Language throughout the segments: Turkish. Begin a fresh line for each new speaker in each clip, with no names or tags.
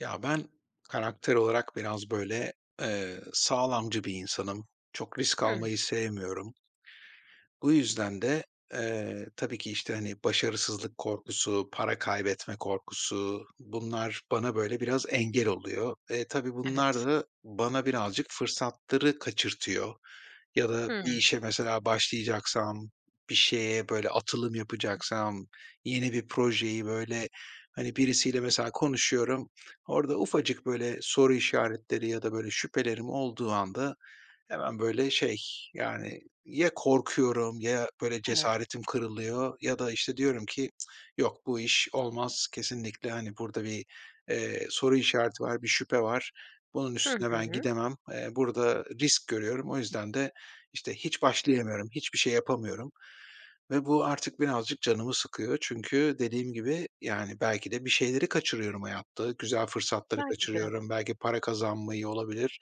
Ya, ben karakter olarak biraz, böyle, sağlamcı bir insanım. Çok risk
Hımm,
almayı sevmiyorum. Bu yüzden de, tabii ki, işte, hani, başarısızlık korkusu, para kaybetme korkusu, bunlar bana, böyle, biraz engel oluyor. Tabii bunlar
evet.
da bana birazcık fırsatları kaçırtıyor. Ya da bir
Hımm,
işe mesela başlayacaksam, bir şeye böyle atılım yapacaksam, yeni bir projeyi böyle, hani, birisiyle mesela konuşuyorum, orada ufacık böyle soru işaretleri ya da böyle şüphelerim olduğu anda hemen böyle şey, yani ya korkuyorum ya böyle
evet.
cesaretim kırılıyor ya da, işte, diyorum ki "Cık, yok, bu iş olmaz kesinlikle. Hani, burada bir, soru işareti var, bir şüphe var. Bunun
Hı
üstüne ben
hı.
gidemem. Burada risk görüyorum. O yüzden de, işte, hiç başlayamıyorum, hiçbir şey yapamıyorum." Ve bu artık birazcık canımı sıkıyor. Çünkü dediğim gibi, yani, belki de bir şeyleri kaçırıyorum hayatta. Güzel fırsatları
Belki de.
kaçırıyorum. Belki para kazanmayı olabilir.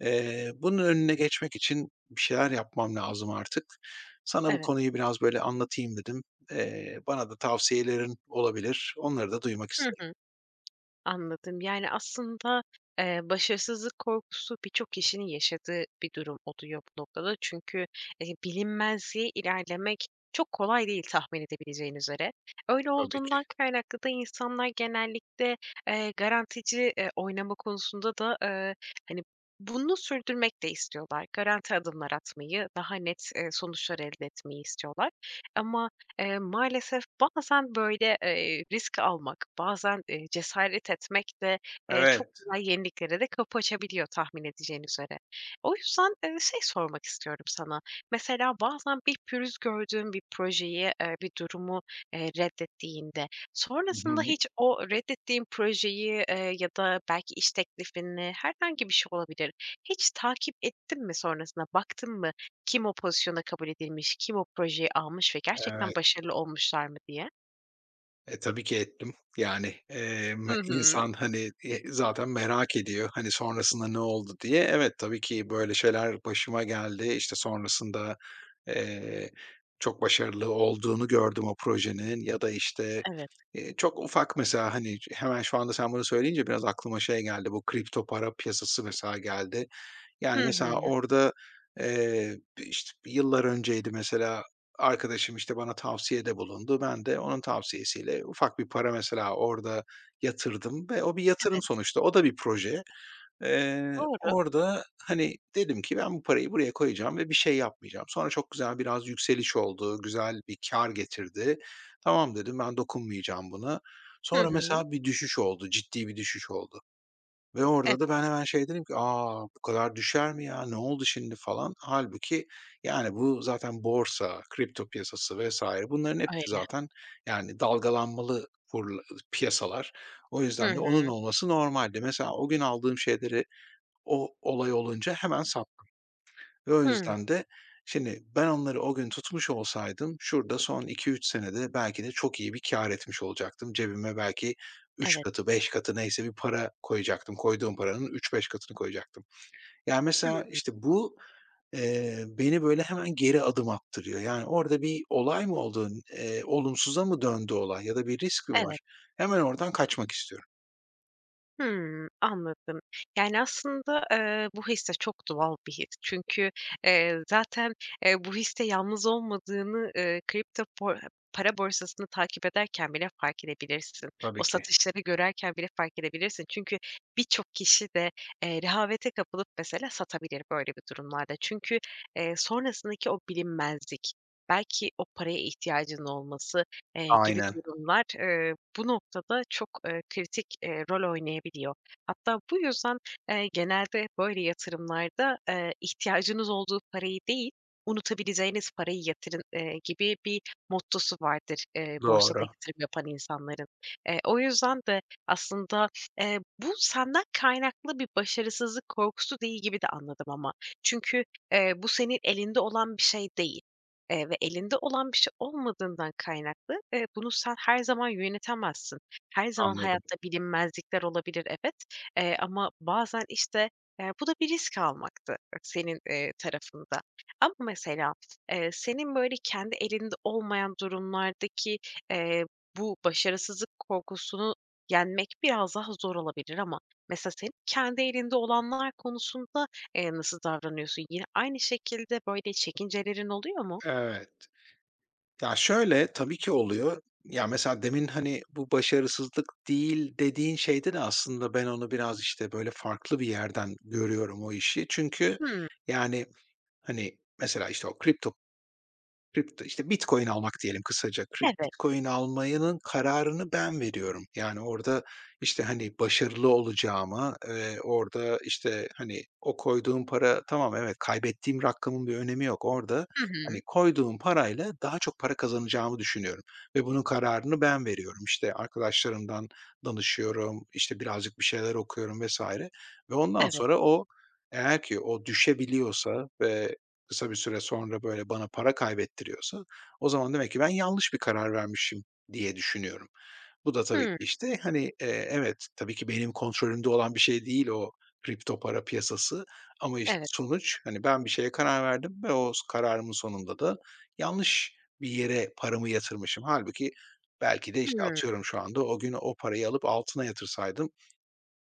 Bunun önüne geçmek için bir şeyler yapmam lazım artık. Sana bu
Evet.
konuyu biraz böyle anlatayım dedim. Bana da tavsiyelerin olabilir. Onları da duymak
Hı
isterim
hı. Anladım. Yani, aslında, başarısızlık korkusu birçok kişinin yaşadığı bir durum oluyor bu noktada. Çünkü, bilinmezliğe ilerlemek çok kolay değil tahmin edebileceğin üzere. Öyle
tabii ki.
olduğundan kaynaklı da insanlar genellikle, garantici, oynama konusunda da, hani, bunu sürdürmek de istiyorlar. Garanti adımlar atmayı, daha net, sonuçlar elde etmeyi istiyorlar. Ama maalesef bazen, böyle, risk almak, bazen, cesaret etmek de, çok
Evet.
kolay yeniliklere de kapı açabiliyor tahmin edeceğin üzere. O yüzden, şey sormak istiyorum sana. Mesela bazen bir pürüz gördüğün bir projeyi, bir durumu, reddettiğinde,
Hı hı.
sonrasında hiç o reddettiğin projeyi, ya da belki iş teklifini, herhangi bir şey olabilir, hiç takip ettin mi sonrasında, baktın mı? Kim o pozisyona kabul edilmiş, kim o projeyi almış ve gerçekten
Evet.
başarılı olmuşlar mı diye.
E, tabii ki ettim. Yani,
Hı hı.
insan, hani, zaten merak ediyor, hani, sonrasında ne oldu diye. Evet, tabii ki böyle şeyler başıma geldi. İşte, sonrasında, eee, çok başarılı olduğunu gördüm o projenin ya da, işte,
Evet.
çok ufak mesela, hani, hemen şu anda sen bunu söyleyince biraz aklıma şey geldi, bu kripto para piyasası mesela geldi.
Hı
Yani,
hı.
mesela orada, işte, yıllar önceydi mesela, arkadaşım, işte, bana tavsiyede bulundu. Ben de onun tavsiyesiyle ufak bir para mesela orada yatırdım ve o bir yatırım
Evet.
sonuçta. O da bir proje.
Doğru.
Orada, hani, dedim ki ben bu parayı buraya koyacağım ve bir şey yapmayacağım. Sonra çok güzel biraz yükseliş oldu, güzel bir kar getirdi. Tamam dedim, ben dokunmayacağım buna.
Hı
Sonra
hı.
mesela bir düşüş oldu, ciddi bir düşüş oldu. Ve
Evet,
orada da ben hemen şey dedim ki, aa bu kadar düşer mi ya? Ne oldu şimdi?" falan. Halbuki yani, bu zaten borsa, kripto piyasası vs. bunların hepsi
öyle.
zaten, yani, dalgalanmalı kurla piyasalar. O
Hı
yüzden de
hı.
onun olması normaldi. Mesela o gün aldığım şeyleri o olay olunca hemen sattım. Ve o
Hıı.
yüzden de şimdi ben onları o gün tutmuş olsaydım şurada son iki üç senede belki de çok iyi bir kâr etmiş olacaktım. Cebime belki üç
Evet.
katı, 5 katı neyse bir para koyacaktım. Koyduğum paranın üç beş katını koyacaktım. Yani mesela
Hı.
işte bu, beni böyle hemen geri adım attırıyor. Yani orada bir olay mı oldu? Olumsuza mı döndü olay ya da bir risk mi
Evet.
var? Hemen oradan kaçmak istiyorum.
Hımm, anladım. Yani, aslında, bu his de çok doğal bir his. Çünkü, zaten, bu histe yalnız olmadığını, kripto por para borsasını takip ederken bile fark edebilirsin. O
Tabii ki.
satışları görerken bile fark edebilirsin. Çünkü birçok kişi de, rehavete kapılıp mesela satabilir böyle bir durumlarda. Çünkü, sonrasındaki o bilinmezlik, belki o paraya ihtiyacının olması, gibi
Aynen.
durumlar, bu noktada çok, kritik, rol oynayabiliyor. Hatta bu yüzden, genelde böyle yatırımlarda, ihtiyacınız olduğu parayı değil, unutabileceğiniz parayı yatırın, gibi bir mottosu vardır, borsada
Doğru.
yatırım yapan insanların. O yüzden de aslında, bu senden kaynaklı bir başarısızlık korkusu değil gibi de anladım ama. Çünkü, bu senin elinde olan bir şey değil. Ve elinde olan bir şey olmadığından kaynaklı, bunu sen her zaman yönetemezsin. Her zaman
Anladım.
hayatta bilinmezlikler olabilir, evet, ama bazen, işte, bu da bir risk almaktı senin, tarafında. Ama mesela, senin, böyle, kendi elinde olmayan durumlardaki, eee, bu başarısızlık korkusunu yenmek biraz daha zor olabilir ama mesela senin kendi elinde olanlar konusunda, nasıl davranıyorsun? Yine aynı şekilde, böyle, çekincelerin oluyor mu?
Evet. Ya, şöyle, tabii ki oluyor. Ya, mesela demin, hani, bu başarısızlık değil dediğin şeyde de aslında ben onu biraz, işte, böyle, farklı bir yerden görüyorum o işi. Çünkü,
Hımm,
yani, hani, mesela, işte, o kripto, işte, bitcoin almak diyelim kısaca.
evet.
Bitcoin almanın kararını ben veriyorum. Yani orada, işte, hani, başarılı olacağıma, orada, işte, hani, o koyduğum para tamam evet, kaybettiğim rakamın bir önemi yok. Orada,
Hı hı.
hani, koyduğum parayla daha çok para kazanacağımı düşünüyorum ve bunun kararını ben veriyorum. İşte, arkadaşlarımdan danışıyorum, işte, birazcık bir şeyler okuyorum vesaire. Ve ondan
Evet.
sonra o eğer ki o düşebiliyorsa ve kısa bir süre sonra böyle bana para kaybettiriyorsa o zaman demek ki ben yanlış bir karar vermişim diye düşünüyorum. Bu da tabii ki,
Hımm,
işte, hani, evet, tabii ki benim kontrolümde olan bir şey değil o kripto para piyasası ama, işte,
evet.
sonuç, hani, ben bir şeye karar verdim ve o kararımın sonunda da yanlış bir yere paramı yatırmışım. Halbuki belki de, işte,
Hımm,
atıyorum şu anda o gün o parayı alıp altına yatırsaydım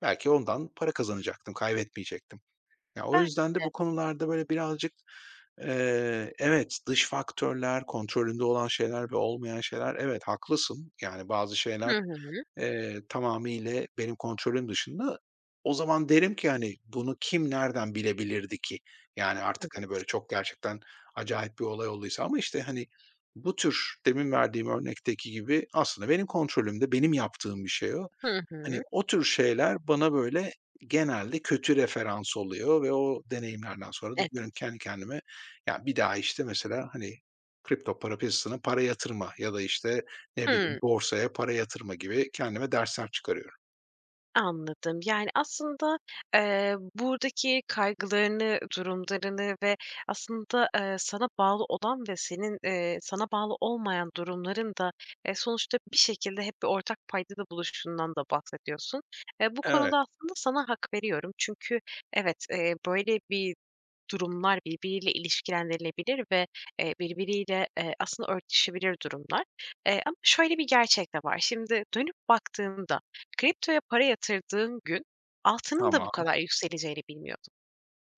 belki ondan para kazanacaktım, kaybetmeyecektim. Ya, o
belki
yüzden de
de.
bu konularda böyle birazcık evet, dış faktörler, kontrolünde olan şeyler ve olmayan şeyler. Evet, haklısın. Yani bazı şeyler,
Hı hı.
tamamıyla benim kontrolüm dışında. O zaman derim ki, hani, bunu kim nereden bilebilirdi ki? Yani artık,
Evet.
hani, böyle çok gerçekten acayip bir olay olduysa ama işte, hani, bu tür demin verdiğim örnekteki gibi aslında benim kontrolümde, benim yaptığım bir şey o.
Hı
Hani,
hı.
o tür şeyler bana, böyle, genelde kötü referans oluyor ve o deneyimlerden sonra da
Evet.
diyorum kendi kendime, ya, bir daha, işte, mesela, hani, kripto para piyasasına para yatırma ya da, işte, ne bileyim,
Hımm,
borsaya para yatırma gibi kendime dersler çıkarıyorum.
anladım. Yani, aslında, buradaki kaygılarını, durumlarını ve aslında, sana bağlı olan ve senin, sana bağlı olmayan durumların da, sonuçta bir şekilde hep bir ortak paydada buluştuğundan da bahsediyorsun. Bu
Evet,
konuda aslında sana hak veriyorum. Çünkü evet, böyle bir durumlar birbiriyle ilişkilendirilebilir ve, birbiriyle, aslında örtüşebilir durumlar. Ama şöyle bir gerçek de var. Şimdi dönüp baktığında kriptoya para yatırdığın gün altının da bu
tamam,
kadar yükseleceğini bilmiyordun.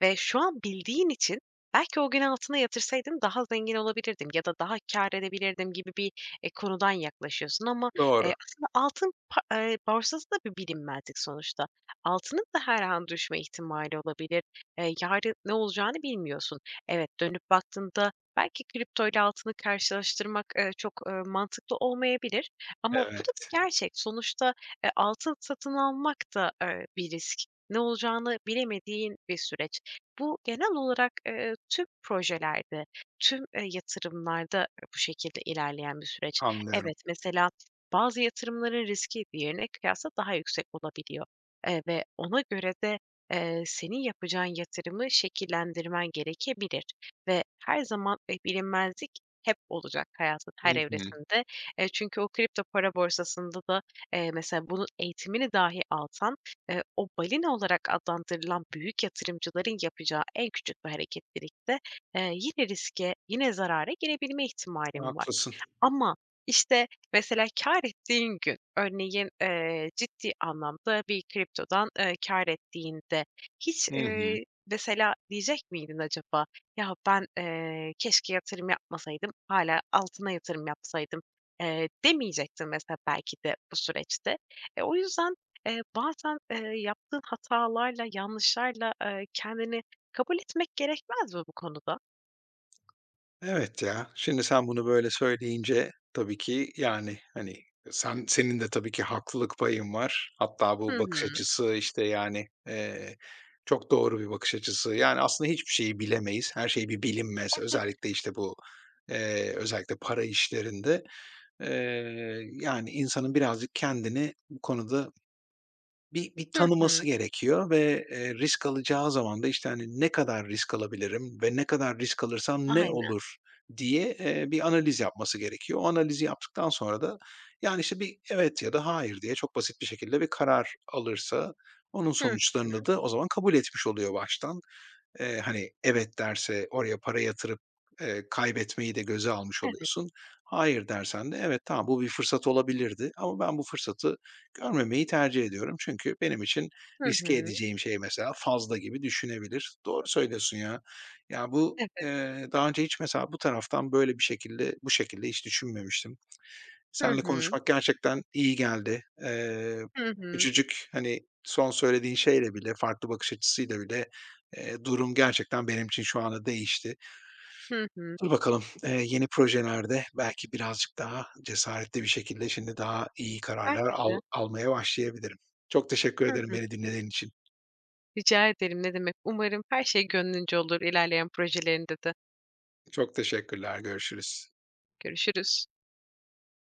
Ve şu an bildiğin için belki o gün altına yatırsaydım daha zengin olabilirdim ya da daha kâr edebilirdim gibi bir, konudan yaklaşıyorsun ama,
doğru.
aslında altın pa borsası da bir bilinmezlik sonuçta. Altının da her an düşme ihtimali olabilir. Yarın ne olacağını bilmiyorsun. Evet, dönüp baktığında belki kriptoyla altını karşılaştırmak, çok, mantıklı olmayabilir ama bu da bir
Evet,
gerçek. Sonuçta, altın satın almak da, bir risk. Ne olacağını bilemediğin bir süreç. Bu genel olarak, tüm projelerde, tüm, yatırımlarda bu şekilde ilerleyen bir süreç.
anlıyorum.
Evet, mesela bazı yatırımların riski diğerine kıyasla daha yüksek olabiliyor, ve ona göre de, senin yapacağın yatırımı şekillendirmen gerekebilir ve her zaman, bilinmezlik hep olacak hayatın
Hı
her
hı,
evresinde. Çünkü o kripto para borsasında da, mesela bunun eğitimini dahi alsan o balina olarak adlandırılan büyük yatırımcıların yapacağı en küçük bir hareketlilikte, yine riske, yine zarara girebilme ihtimalim var.
haklısın.
Ama, işte, mesela kâr ettiğin gün, örneğin, ciddi anlamda bir kriptodan, kâr ettiğinde hiç,
Hı hı.
mesela diyecek miydin acaba, "Ya, ben, keşke yatırım yapmasaydım, hala altına yatırım yapsaydım." Demeyecektin mesela belki de bu süreçte. O yüzden, bazen, yaptığın hatalarla, yanlışlarla, kendini kabul etmek gerekmez mi bu konuda?
Evet ya. Şimdi sen bunu böyle söyleyince tabii ki, yani, hani, senin de tabii ki haklılık payın var. Hatta bu
Hı
bakış
hı.
açısı, işte, yani, çok doğru bir bakış açısı. Yani, aslında hiçbir şeyi bilemeyiz. Her şey bir bilinmez.
Evet.
Özellikle, işte, bu, özellikle para işlerinde, yani, insanın birazcık kendini bu konuda bir
Hı hı.
tanıması gerekiyor ve, risk alacağı zaman da, işte, hani, ne kadar risk alabilirim ve ne kadar risk alırsam ne
Aynen.
olur diye, bir analiz yapması gerekiyor. O analizi yaptıktan sonra da, yani, işte, bir evet ya da hayır diye çok basit bir şekilde bir karar alırsa onun
Hı.
sonuçlarını da o zaman kabul etmiş oluyor baştan. Hani, evet derse oraya para yatırıp, kaybetmeyi de göze almış oluyorsun. Hayır dersen de evet, tamam, bu bir fırsat olabilirdi ama ben bu fırsatı görmemeyi tercih ediyorum. Çünkü benim için
Hı
riske
hı.
edeceğim şey mesela fazla gibi düşünebilir. Doğru söylüyorsun ya. Ya, bu,
Evet.
daha önce hiç mesela bu taraftan böyle bir şekilde bu şekilde hiç düşünmemiştim.
Hı
Seninle
hı.
konuşmak gerçekten iyi geldi.
Hı hı.
Küçücük, hani, son söylediğin şeyle bile, farklı bakış açısıyla bile, durum gerçekten benim için şu anda değişti.
Hı hı.
Dur bakalım, yeni projelerde belki birazcık daha cesaretli bir şekilde şimdi daha iyi kararlar
Belki de.
almaya başlayabilirim. Çok teşekkür
Hı
ederim
hı.
beni dinlediğin için.
Rica ederim, ne demek. Umarım her şey gönlünce olur ilerleyen projelerinde de.
Çok teşekkürler, görüşürüz.
Görüşürüz.